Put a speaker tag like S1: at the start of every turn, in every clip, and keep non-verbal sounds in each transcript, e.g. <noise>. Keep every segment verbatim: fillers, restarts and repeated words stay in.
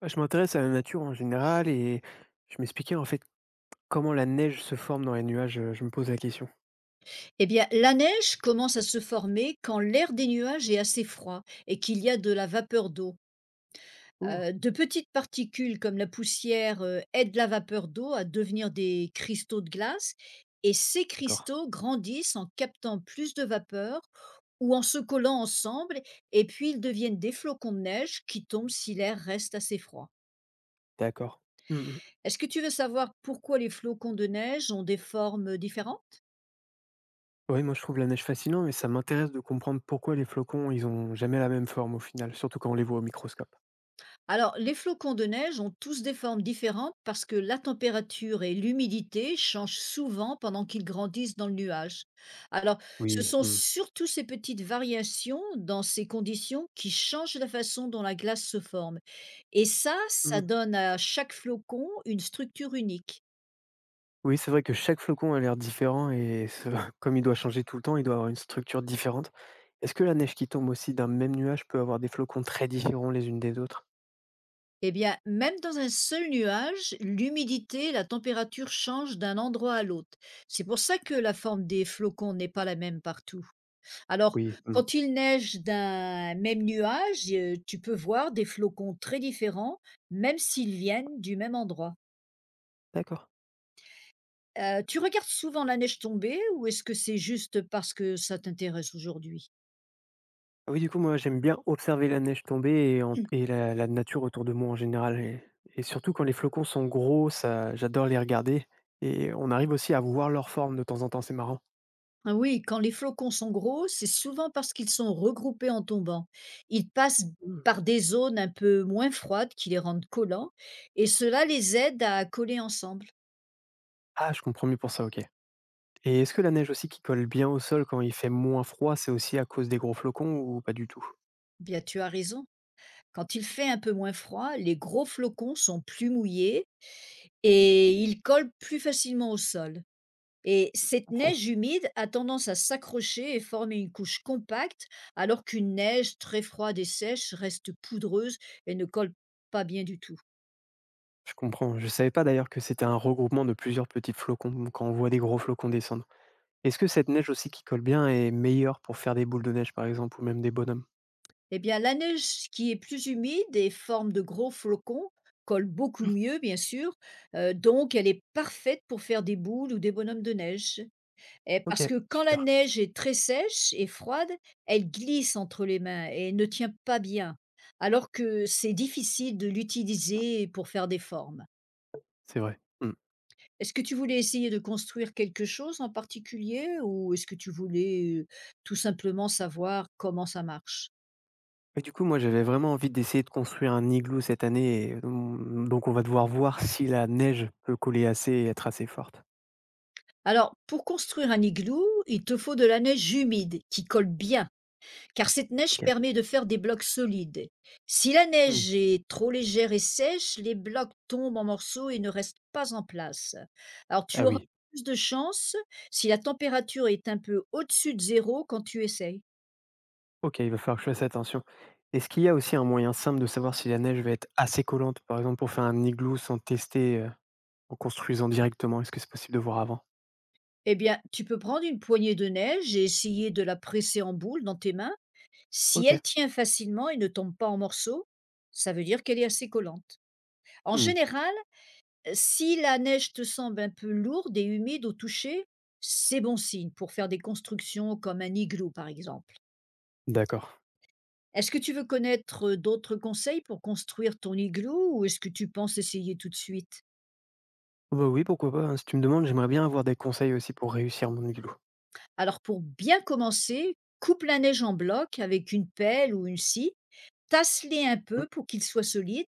S1: Bah, je m'intéresse à la nature en général et je m'expliquais en fait comment la neige se forme dans les nuages, heu, je me pose la question.
S2: Eh bien, la neige commence à se former quand l'air des nuages est assez froid et qu'il y a de la vapeur d'eau.
S1: Oh!
S2: Euh, de petites particules comme la poussière euh, aident la vapeur d'eau à devenir des cristaux de glace, et ces
S1: D'accord.
S2: cristaux grandissent en captant plus de vapeur ou en se collant ensemble, et puis ils deviennent des flocons de neige qui tombent si l'air reste assez froid.
S1: D'accord. Oui,
S2: Est-ce que tu veux savoir pourquoi les flocons de neige ont des formes différentes?
S1: moi je trouve la neige fascinant mais ça m'intéresse de comprendre pourquoi les flocons, ils ont jamais la même forme au final, surtout quand on les voit au microscope.
S2: Alors, les flocons de neige ont tous des formes différentes parce que la température et l'humidité changent souvent pendant qu'ils grandissent dans le nuage. Alors, ce
S1: Oui,
S2: sont
S1: mmh.
S2: surtout ces petites variations dans ces conditions qui changent la façon dont la glace se forme. Et ça,
S1: Mmh.
S2: ça donne à
S1: OK.
S2: chaque flocon une structure unique.
S1: Oui, c'est vrai que chaque flocon a l'air différent et ce <laughs> comme il doit changer tout le temps, il doit avoir une structure différente. Est-ce que la neige qui tombe aussi d'un même nuage peut avoir des flocons très différents les unes des autres?
S2: Eh bien, même dans un seul nuage, l'humidité et la température changent d'un endroit à l'autre. C'est pour ça que la forme des flocons n'est pas la même partout. Alors,
S1: Oui, mmh.
S2: quand il neige d'un même nuage, heu, tu peux voir des flocons très différents, même s'ils viennent du même endroit.
S1: D'accord.
S2: Heu, tu regardes souvent la neige tomber, ou est-ce que c'est juste parce que ça t'intéresse aujourd'hui?
S1: Ah oui, du coup, moi, j'aime bien observer la neige tomber et en et
S2: <clears throat>
S1: la la nature autour de moi en général et et surtout quand les flocons sont gros, ça j'adore les regarder et on arrive aussi à voir leur forme de temps en temps, c'est marrant.
S2: Ah oui, quand les flocons sont gros, c'est souvent parce qu'ils sont regroupés en tombant. Ils passent
S1: Mmh.
S2: par des zones un peu moins froides qui les rendent collants, et cela les aide à coller ensemble.
S1: Ah, je comprends mieux pour ça, OK, et est-ce que la neige aussi qui colle bien au sol quand il fait moins froid, c'est aussi à cause des gros flocons ou pas du tout?
S2: Bien, tu as raison. Quand il fait un peu moins froid, les gros flocons sont plus mouillés et il colle plus facilement au sol. Et
S1: Je
S2: cette
S1: comprends,
S2: neige humide a tendance à s'accrocher et former une couche compacte, alors qu'une neige très froide et sèche reste poudreuse et ne colle pas bien du tout.
S1: je comprends. Je savais pas d'ailleurs que c'était un regroupement de plusieurs petits flocons quand on voit des gros flocons descendre. Est-ce que cette neige aussi qui colle bien est meilleure pour faire des boules de neige, par exemple, ou même des bonhommes?
S2: Eh bien, la neige qui est plus humide et forme de gros flocons colle beaucoup mieux, bien sûr. Euh, donc elle est parfaite pour faire des boules ou des bonhommes de neige. Eh, parce
S1: OK,
S2: que quand la
S1: super.
S2: neige est très sèche et froide, elle glisse entre les mains et ne tient pas bien, alors que c'est difficile de l'utiliser pour faire des formes.
S1: C'est vrai. Mmh.
S2: Est-ce que tu voulais essayer de construire quelque chose en particulier, ou est-ce que tu voulais euh, tout simplement savoir comment ça marche?
S1: Et du coup, moi, j'avais vraiment envie d'essayer de construire un igloo cette année et mmh, donc on va devoir voir <laughs> si la neige peut coller assez et être assez forte.
S2: Alors, pour construire un igloo, il te faut de la neige humide qui colle bien, car cette neige
S1: OK.
S2: permet de faire des blocs solides. Si la
S1: Mmh.
S2: neige est trop légère et sèche, les blocs tombent en morceaux et ne restent pas en place. Alors tu
S1: Ah
S2: auras
S1: oui.
S2: plus de chance si la température est un peu au-dessus de zéro quand tu essayes.
S1: OK, il va falloir que je fasse attention. Est-ce qu'il y a aussi un moyen simple de savoir si la neige va être assez collante, par exemple pour faire un igloo sans tester, heu, en construisant directement? Est-ce que c'est possible de voir avant?
S2: Eh bien, tu peux prendre une poignée de neige et essayer de la presser en boule dans tes mains. Si
S1: OK.
S2: elle tient facilement et ne tombe pas en morceaux, ça veut dire qu'elle est assez collante. En
S1: Mmh.
S2: général, si la neige te semble un peu lourde et humide au toucher, c'est bon signe pour faire des constructions comme un igloo par exemple.
S1: D'accord.
S2: Est-ce que tu veux connaître euh, d'autres conseils pour construire ton igloo, ou est-ce que tu penses essayer tout de suite?
S1: Oh bah, oui, pourquoi pas, hein. Si tu me demandes, j'aimerais bien avoir des conseils aussi pour réussir mon igloo.
S2: Alors pour bien commencer, coupe la neige en blocs avec une pelle ou une scie, tasse-les un
S1: Mmh.
S2: peu pour qu'ils soient solides,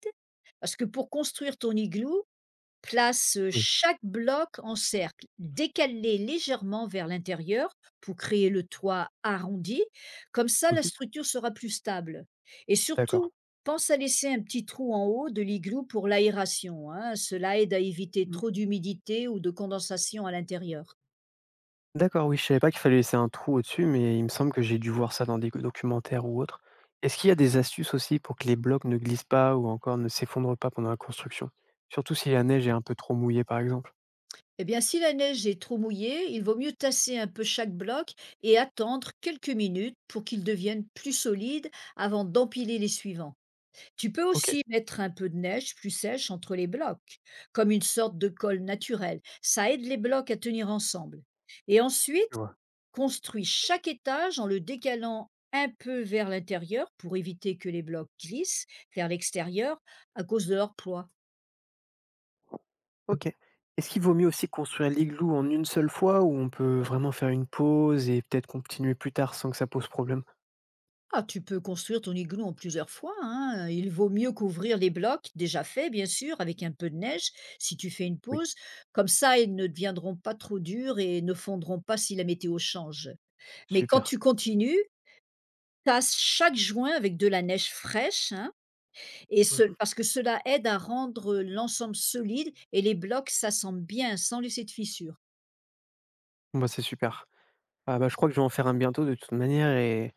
S2: parce que pour construire ton igloo, place euh,
S1: Oui.
S2: chaque bloc en cercle, décalé légèrement vers l'intérieur pour créer le toit arrondi. Comme ça, la
S1: Mmh.
S2: structure sera plus stable. Et
S1: D'accord.
S2: surtout, pense à laisser un petit trou en haut de l'igloo pour l'aération, hein. Cela aide à éviter trop d'humidité ou de condensation à l'intérieur.
S1: D'accord, oui, je savais pas qu'il fallait laisser un trou au-dessus, mais il me semble que j'ai dû voir ça dans des documentaires ou autres. Est-ce qu'il y a des astuces aussi pour que les blocs ne glissent pas ou encore ne s'effondrent pas pendant la construction? Surtout si la neige est un peu trop mouillée, par exemple.
S2: Eh bien, si la neige est trop mouillée, il vaut mieux tasser un peu chaque bloc et attendre quelques minutes pour qu'il devienne plus solide avant d'empiler les suivants. Tu peux
S1: Ok,
S2: aussi mettre un peu de neige plus sèche entre les blocs, comme une sorte de colle naturelle. Ça aide les blocs à tenir ensemble. Et ensuite,
S1: je vois.
S2: construis chaque étage en le décalant un peu vers l'intérieur pour éviter que les blocs glissent vers l'extérieur à cause de leur poids.
S1: Ok. Est-ce qu'il vaut mieux aussi construire l'igloo en une seule fois ou on peut vraiment faire une pause et peut-être continuer plus tard sans que ça pose problème?
S2: Ah, tu peux construire ton igloo en plusieurs fois, hein. Il vaut mieux couvrir les blocs déjà faits, bien sûr, avec un peu de neige si tu fais une
S1: Oui.
S2: pause. Comme ça, ils ne deviendront pas trop durs et ne fondront pas si la météo change. Mais quand
S1: Super.
S2: tu continues, tu as chaque joint avec de la neige fraîche, hein, et ce
S1: Mhm.
S2: parce que cela aide à rendre l'ensemble solide et les blocs s'assemblent bien sans laisser de fissures.
S1: Bon, bah, c'est super. Ah, bah, je crois que je vais en faire un bientôt de toute manière et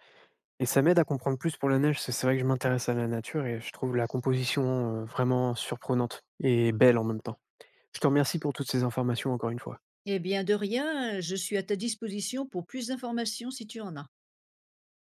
S1: Et ça m'aide à comprendre plus pour la neige, parce que c'est vrai que je m'intéresse à la nature et je trouve la composition, heu, vraiment surprenante et belle en même temps. Je te remercie pour toutes ces informations encore une fois.
S2: Eh bien de rien, je suis à ta disposition pour plus d'informations si tu en as.